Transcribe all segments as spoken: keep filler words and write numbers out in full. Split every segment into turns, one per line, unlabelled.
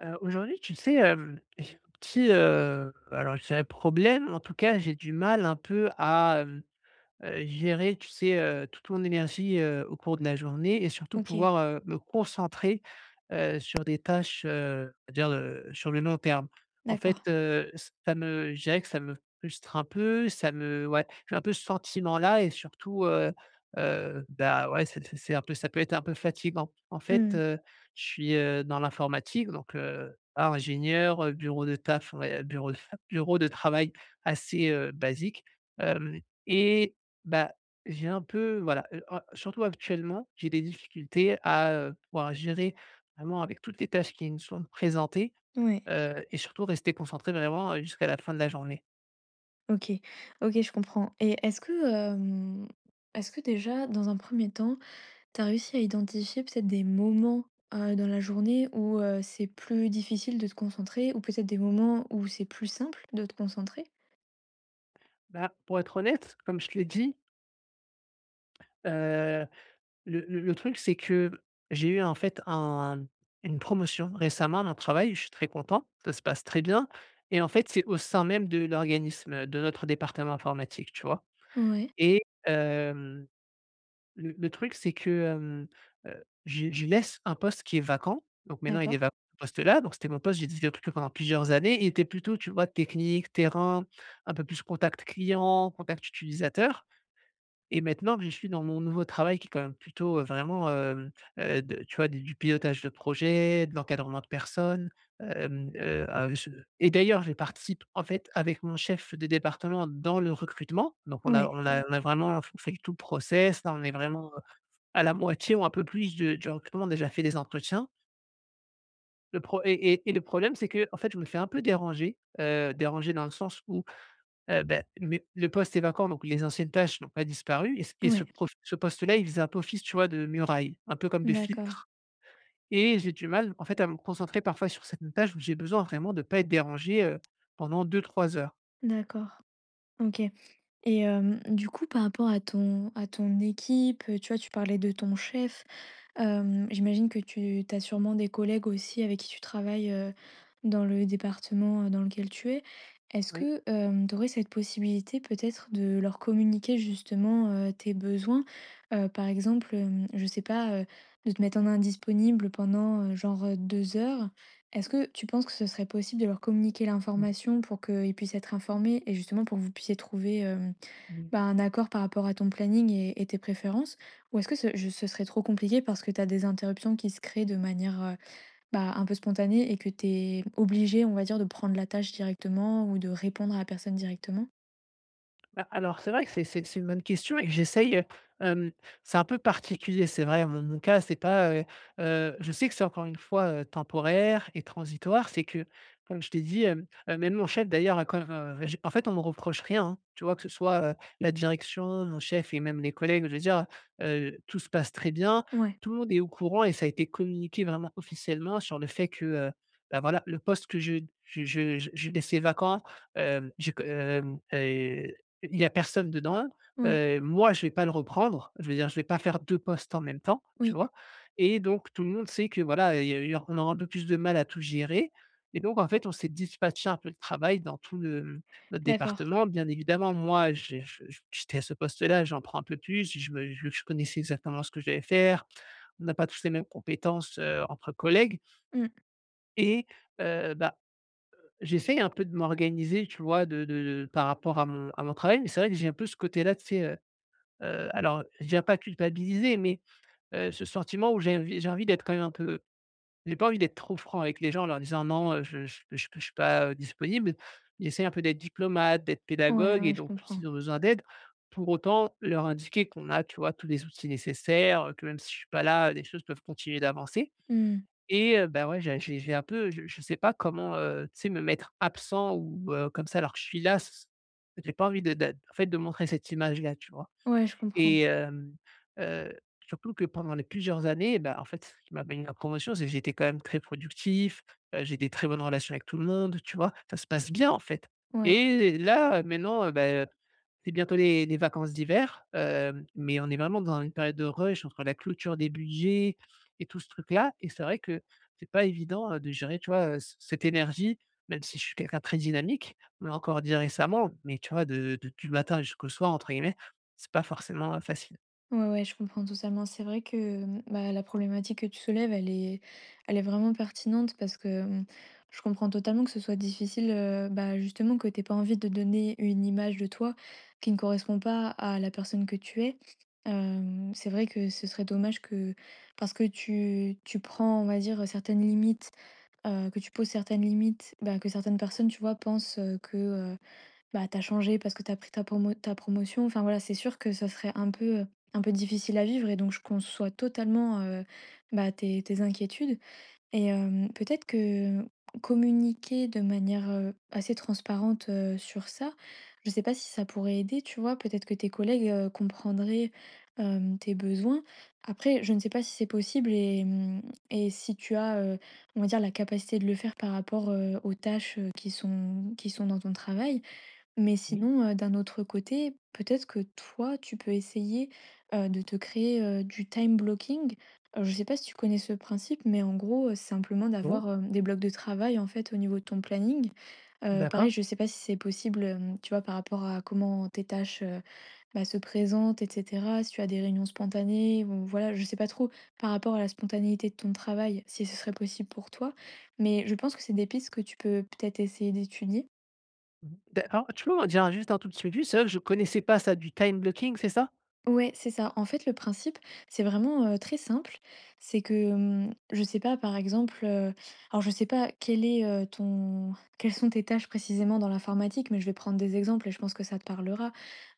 Heu, aujourd'hui, tu sais, hem, j'ai un petit, heu, alors je dirais problème. En tout cas, j'ai du mal un peu à Heu, gérer, tu sais, heu, toute mon énergie heu, au cours de la journée, et surtout
OK,
pouvoir heu, me concentrer heu, sur des tâches, heu, on dire, heu, sur le long terme. En
d'accord.
fait, heu, ça me je dirais que ça me frustre un peu. Ça me, ouais, j'ai un peu ce sentiment-là, et surtout, heu heu, bah, ouais, c'est c'est c'est un peu, ça peut être un peu fatigant. En fait,
Mmh.
heu, je suis, heu, dans l'informatique. Donc heu, ingénieur, heu, bureau de taf, ouais, bureau de bureau de travail assez heu, basique, hem et bah, j'ai un peu voilà, heu, en surtout actuellement, j'ai des difficultés à heu, pouvoir gérer vraiment avec toutes les tâches qui me sont présentées,
Ouais.
heu et surtout rester concentré vraiment heu, jusqu'à la fin de la journée.
OK. OK, je comprends. Et est-ce que, hem, est-ce que déjà, dans un premier temps, tu as réussi à identifier peut-être des moments, heu, dans la journée où, heu, c'est plus difficile de te concentrer ou peut-être des moments où c'est plus simple de te concentrer?
Bah, pour être honnête, comme je te l'ai dit, heu, le le le truc, c'est que j'ai eu en fait un une promotion récemment dans le travail. Je suis très content, ça se passe très bien, et en fait, c'est au sein même de l'organisme, de notre département informatique, tu vois?
Ouais,
Et Le le truc, c'est que, hem, heu, je je laisse un poste qui est vacant. Donc maintenant, il est
d'accord.
vacant, ce poste-là. Donc c'était mon poste, j'ai discuté avec lui pendant plusieurs années. Il était plutôt, tu vois, technique, terrain, un peu plus contact client, contact utilisateur. Et maintenant que je suis dans mon nouveau travail, qui est quand même plutôt, heu, vraiment, hem, heu, de, tu vois, du du pilotage de projet, de l'encadrement de personnes. Hem, heu, heu, je Et d'ailleurs, je participe, en fait, avec mon chef de département dans le recrutement. Donc on a
Ouais,
on a Mmh. on a vraiment fait tout le process. Là, on est vraiment à la moitié ou un peu plus de du recrutement, déjà fait des entretiens. Le pro et et et le problème, c'est que, en fait, je me fais un peu déranger, heu, déranger dans le sens où, heu, beh, mais le poste est vacant, donc les anciennes tâches n'ont pas disparu, et ce et ce
ouais.
prof ce poste-là, il faisait un peu office, tu vois, de muraille, un peu comme de
D'accord,
filtre, et j'ai du mal, en fait, à me concentrer parfois sur certaines tâches où j'ai besoin vraiment de pas être dérangé, heu, pendant deux trois heures.
d'accord. OK. Et hem, du coup, par rapport à ton à ton équipe, tu vois, tu parlais de ton chef. Hem, j'imagine que tu as sûrement des collègues aussi avec qui tu travailles, heu, dans le département, heu, dans lequel tu es. Est-ce
Oui.
que tu aurais cette possibilité peut-être de leur communiquer justement, heu, tes besoins? Heu, par exemple, hem, je sais pas, heu, de te mettre en indisponible pendant, heu, genre, heu, deux heures. Est-ce que tu penses que ce serait possible de leur communiquer
Mmh.
l'information pour qu'ils puissent être informés et justement pour que vous puissiez trouver, bah, un accord par rapport à ton planning et, et tes préférences? Ou est-ce que ce, je- ce serait trop compliqué parce que tu as des interruptions qui se créent de manière euh, bah, un peu spontanée et que tu es obligé, on va dire, de prendre la tâche directement ou de répondre à la personne directement?
Bah, alors c'est vrai que c'est c'est c'est une bonne question, et que j'essaye, heu, hem, c'est un peu particulier, c'est vrai, mon mon cas, c'est pas, heu heu, je sais que c'est encore une fois, heu, temporaire et transitoire. C'est que, comme je t'ai dit, hem, heu, même mon chef, d'ailleurs, a quand, heu, j'ai, en fait, on me reproche rien, hein. Tu vois? Que ce soit heu, la direction, mon chef et même les collègues, je veux dire, heu, tout se passe très bien.
Ouais,
Tout le monde est au courant, et ça a été communiqué vraiment officiellement sur le fait que, heu, bah, voilà, le poste que je je je je je laissais vacant, hem, j'ai que, hem, heu il y a personne dedans.
ouais,
Heu, moi, je vais pas le reprendre, je veux dire, je vais pas faire deux postes en même temps, tu
oui.
vois? Et donc tout le monde sait que, voilà, il y a eu on aura un peu plus de mal à tout gérer. Et donc, en fait, on s'est dispatché un peu le travail dans tout le, mmh, notre
D'accord.
département. Bien évidemment, moi, j'ai je je j'étais à ce poste-là, j'en prends un peu plus, je me je je connaissais exactement ce que j'allais faire. On n'a pas tous les mêmes compétences, heu, entre collègues,
Mm.
et heu, bah, j'essaye un peu de m'organiser, tu vois? De de de Par rapport à mon à mon travail. Mais c'est vrai que j'ai un peu ce côté-là, tu sais. Heu, alors, je dirais pas culpabiliser, mais heu, ce sentiment où j'ai envie j'ai envie d'être quand même un peu. J'ai pas envie d'être trop franc avec les gens en leur disant: «Non, heu, je je je suis pas, heu, disponible». J'essaie un peu d'être diplomate, d'être
Ouais,
pédagogue, et
ouais, je
donc
comprends.
s'ils ont besoin d'aide, pour autant leur indiquer qu'on a, tu vois, tous les outils nécessaires, que même si je suis pas là, les choses peuvent continuer d'avancer.
Mm.
Et heu, bah, ouais, j'ai j'ai j'ai un peu, je je sais pas comment, heu, tu sais, me mettre absent, ou heu, comme ça, alors que je suis là. C J'ai pas envie de de en fait, de montrer cette image-là, tu vois?
Ouais, je comprends.
Et hem, heu, surtout que pendant les plusieurs années, bah, en fait, ce qui m'a valu la promotion, c'est que j'étais quand même très productif, heu, j'ai des très bonnes relations avec tout le monde, tu vois? Ça se passe bien, en fait.
Ouais.
Et là, maintenant, heu, bah, heu c'est bientôt les les vacances d'hiver. Hem, mais on est vraiment dans une période de rush entre la clôture des budgets et tout ce truc-là. Et c'est vrai que c'est pas évident, heu, de gérer, tu vois, heu, c cette énergie, même si je suis quelqu'un de très dynamique. On me l'a encore dit récemment, mais tu vois, de de «du matin jusqu'au soir» entre guillemets, c'est pas forcément, heu, facile.
Ouais, ouais, je comprends totalement. C'est vrai que hum, bah, la problématique que tu soulèves, elle est, elle est vraiment pertinente parce que hum, je comprends totalement que ce soit difficile, euh, bah, justement, que tu pas envie de donner une image de toi qui ne correspond pas à la personne que tu es. Euh, c'est vrai que ce serait dommage que, parce que tu, tu prends, on va dire, certaines limites, euh, que tu poses certaines limites, bah, que certaines personnes, tu vois, pensent euh, que bah, t'as changé parce que t'as pris ta promo ta promotion. Enfin, voilà, c'est sûr que ça serait un peu, euh, un peu difficile à vivre et donc je conçois totalement, heu, bah, tes tes inquiétudes. Et hem, peut-être que communiquer de manière, heu, assez transparente, heu, sur ça, je sais pas si ça pourrait aider, tu vois? Peut-être que tes collègues, heu, comprendraient, hem, tes besoins. Après, je ne sais pas si c'est possible et mmh et si tu as, heu, on va dire la capacité de le faire par rapport, heu, aux tâches, heu, qui sont qui sont dans ton travail. Mais
Oui,
sinon, heu, d'un autre côté, peut-être que toi, tu peux essayer, heu, de te créer, heu, du time blocking. Heu, je ne sais pas si tu connais ce principe, mais en gros, heu, c'est simplement
bon,
d'avoir, hem, des blocs de travail, en fait, au niveau de ton planning. Heu, pareil,
d'accord.
je ne sais pas si c'est possible, hem, tu vois, par rapport à comment tes tâches, heu, bah, se présentent, et cetera. Si tu as des réunions spontanées ou voilà, je ne sais pas trop par rapport à la spontanéité de ton travail, si ce serait possible pour toi. Mais je pense que c'est des pistes que tu peux peut-être essayer d'étudier.
D'a Alors, tu peux m'en dire juste un tout petit peu plus? C'est vrai que je connaissais pas ça, du time blocking, c'est ça?
Ouais, c'est ça. En fait, le principe, c'est vraiment, heu, très simple. C'est que, hem, je sais pas, par exemple, heu, alors je sais pas quel est, heu, ton quelles sont tes tâches précisément dans l'informatique, mais je vais prendre des exemples et je pense que ça te parlera.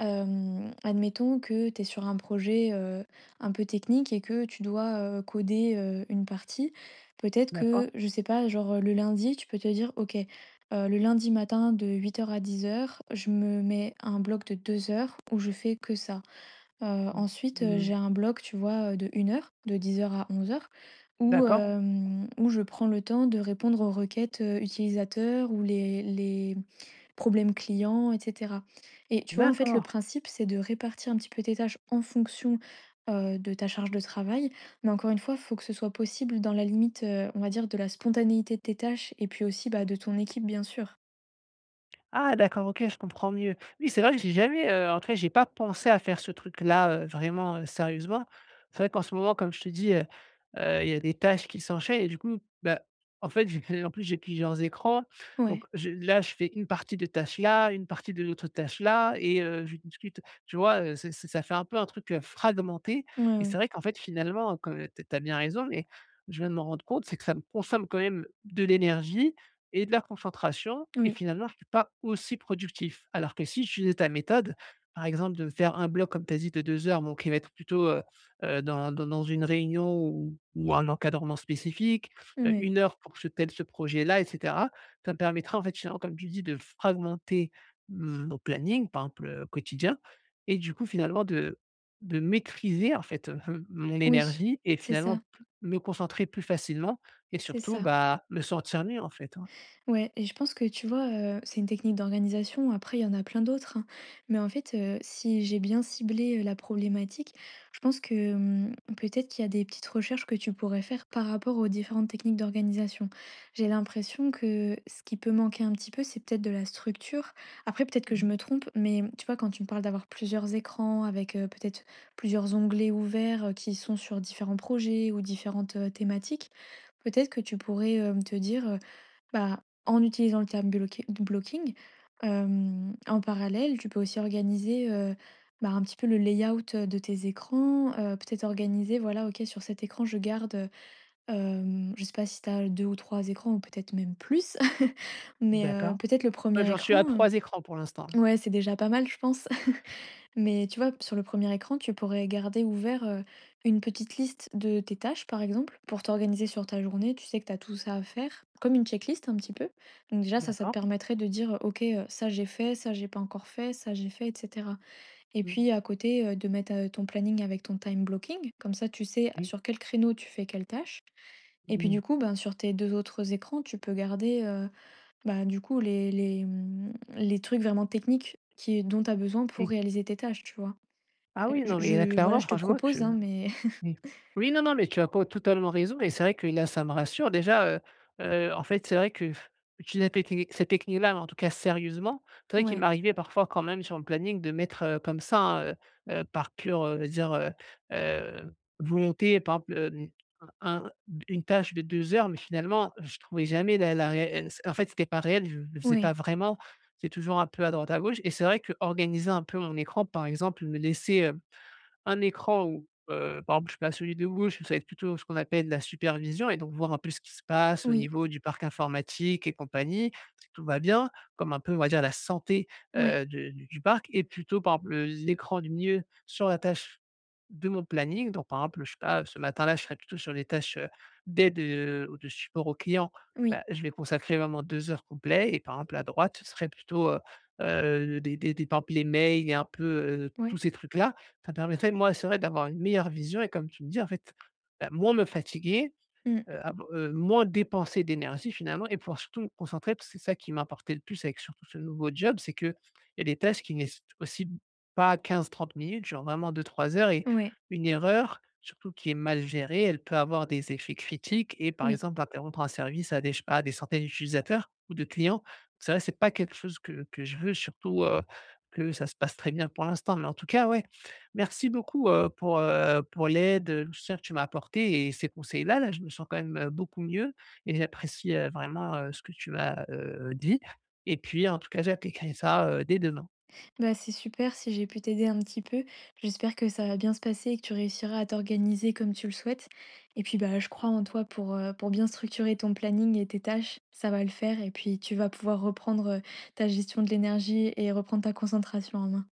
Hem, admettons que tu es sur un projet, heu, un peu technique et que tu dois, heu, coder, heu, une partie. Peut-être
D'accord.
que, je sais pas, genre, heu, le lundi, tu peux te dire: «OK, heu, le lundi matin de huit heures à dix heures, je me mets un bloc de deux heures où je fais que ça». Heu,
Mmh.
ensuite, heu,
Mh.
j'ai un bloc, tu vois, heu, de une heure, de dix heures à onze heures où,
D'accord.
hem, où je prends le temps de répondre aux requêtes, heu, utilisateurs ou les les problèmes clients et cetera. Et tu vois, en fait, le
D'accord.
principe, c'est de répartir un petit peu tes tâches en fonction, heu, de ta charge de travail. Mais encore une fois, il faut que ce soit possible dans la limite, heu, on va dire, de la spontanéité de tes tâches et puis aussi, bah, de ton équipe, bien sûr.
Ah, d'accord, OK, je comprends mieux. Oui, c'est vrai que j'ai jamais, heu, en tout cas, j'ai pas pensé à faire ce truc-là, heu, vraiment, heu, sérieusement. C'est vrai qu'en ce moment, comme je te dis, heu heu, il y a des tâches qui s'enchaînent, et du coup, bah, en fait, j'ai en plus, j'ai plusieurs écrans. Donc
Ouais.
je là, je fais une partie de tâche là, une partie de l'autre tâche là, et heu, je discute. Tu vois, heu, c'est c'est ça fait un peu un truc, heu, fragmenté.
Ouais,
Et c'est
ouais.
vrai qu'en fait, finalement, tu as bien raison, mais je viens de m'en rendre compte, c'est que ça me consomme quand même de l'énergie et de la concentration. Et
Oui.
finalement, je ne suis pas aussi productif. Alors que si j'utilisais ta méthode, par exemple, de me faire un bloc, comme tu as dit, de deux heures, bon, qui va être plutôt, heu heu, dans dans dans une réunion, ou ou un encadrement spécifique, heu,
Ouais.
1 heure pour ce tel ce projet-là, et cetera. Ça me permettra, en fait, finalement, comme tu dis, de fragmenter hum, mon planning, par exemple, heu, quotidien, et du coup, finalement, de de maîtriser, en fait, mon
Oui.
énergie, et
C'est ça,
finalement, plus me concentrer plus facilement, et
c'est
surtout,
ça.
bah, me sentir mieux, en fait, hein.
Ouais. Et je pense que tu vois, heu, c'est une technique d'organisation. Après, il y en a plein d'autres, hein. Mais en fait, heu, si j'ai bien ciblé, heu, la problématique, je pense que, hem, peut-être qu'il y a des petites recherches que tu pourrais faire par rapport aux différentes techniques d'organisation. J'ai l'impression que ce qui peut manquer un petit peu, c'est peut-être de la structure. Après, peut-être que je
Mmh.
me trompe, mais mmh, tu vois, quand tu me parles d'avoir plusieurs écrans avec, heu, peut-être plusieurs onglets ouverts, heu, qui sont sur différents projets ou différentes, heu, thématiques, peut-être que tu pourrais, hem, te dire, bah, en utilisant le terme bloqué- blocking, hem, en parallèle, tu peux aussi organiser, heu, bah, un petit peu le layout, heu, de tes écrans, heu, peut-être organiser, voilà, OK, sur cet écran, je garde, hem, je sais pas si tu as deux ou trois écrans ou peut-être même plus, mais. D'accord,
D'accord.
peut-être le
Moi,
premier
j'en suis
écran.
à
Heu
trois écrans pour l'instant.
ouais, c'est déjà pas mal, je pense. Mais tu vois, sur le premier écran, tu pourrais garder ouvert euh, une petite liste de tes tâches, par exemple, pour t'organiser sur ta journée. Tu sais que tu as tout ça à faire, comme une checklist un petit peu. Donc déjà, ça, ça te
D'accord.
permettrait de dire, OK, euh, ça j'ai fait, ça j'ai pas encore fait, ça j'ai fait, et cetera. Et
Mmh.
puis à côté, euh, de mettre euh, ton planning avec ton time blocking. Comme ça, tu sais
Oui.
sur quel créneau tu fais quelle tâche. Et puis
Mmh.
du coup, ben, sur tes deux autres écrans, tu peux garder euh, bah, du coup les, les, hum, les trucs vraiment techniques qui, dont tu as besoin pour
Oui.
réaliser tes tâches, tu vois.
Ah
Heu,
oui,
je
non, mais là,
je Voilà,
clairement,
je te
franchement,
propose,
tu
hein, mais.
oui. Oui, non, non, mais tu as pas totalement raison, et c'est vrai que là, ça me rassure déjà, heu heu, en fait, c'est vrai que utiliser cette techni cette technique-là, mais en tout cas sérieusement, c'est vrai qu'il
Ouais,
m'arrivait parfois quand même sur le planning de mettre, heu, comme ça, hein, heu par pure, heu, dire, heu heu, volonté, par exemple, hem, un une tâche de deux heures, mais finalement, je trouvais jamais la la réelle, en fait, c'était pas réel, je ne le faisais
ouais,
pas vraiment. C'est toujours un peu à droite à gauche, et c'est vrai que organiser un peu mon écran, par exemple, me laisser un écran où, heu, par exemple, je suis pas, celui de gauche, ça va être plutôt ce qu'on appelle la supervision, et donc voir un peu ce qui se passe au
oui,
niveau du parc informatique et compagnie, si tout va bien, comme un peu, on va dire, la santé,
ouais,
heu, de du du parc, et plutôt, par exemple, le l'écran du milieu sur la tâche de mon planning. Donc par exemple, je sais pas, ce matin-là, je serai plutôt sur les tâches, heu, d'aide, heu, ou de support aux clients.
oui,
Bah, je vais consacrer vraiment deux heures complets, et par exemple, à droite, ce serait plutôt, heu heu, des des des par exemple, les mails et un peu, heu, tous
ouais,
ces trucs-là. Ça permettrait, moi, c'est vrai, d'avoir une meilleure vision, et comme tu me dis, en fait, bah, moins me fatiguer,
mmh,
heu, av heu, moins dépenser d'énergie finalement, et pouvoir surtout me concentrer, parce que c'est ça qui m'importait le plus, avec surtout ce nouveau job, c'est qu'il y a des tâches qui nécessitent aussi pas quinze trente minutes, genre vraiment deux trois heures. Et
ouais,
une erreur, surtout qui est mal gérée, elle peut avoir des effets critiques, et par
oui.
exemple interrompre un service à des, je sais pas, des centaines d'utilisateurs ou de clients. C'est vrai, c'est pas quelque chose que que je veux surtout, heu, que ça se passe très bien pour l'instant, mais en tout cas, ouais, merci beaucoup, heu, pour, heu, pour l'aide, heu, tout ça que tu m'as apporté, et ces conseils-là, là, je me sens quand même, heu, beaucoup mieux, et j'apprécie, heu, vraiment, heu, ce que tu m'as, heu, dit, et puis en tout cas, j'appliquerai ça, heu, dès demain.
Bah, c'est super si j'ai pu t'aider un petit peu. J'espère que ça va bien se passer et que tu réussiras à t'organiser comme tu le souhaites et puis, bah, je crois en toi pour, heu, pour bien structurer ton planning et tes tâches. Ça va le faire et puis tu vas pouvoir reprendre, heu, ta gestion de l'énergie et reprendre ta concentration en main.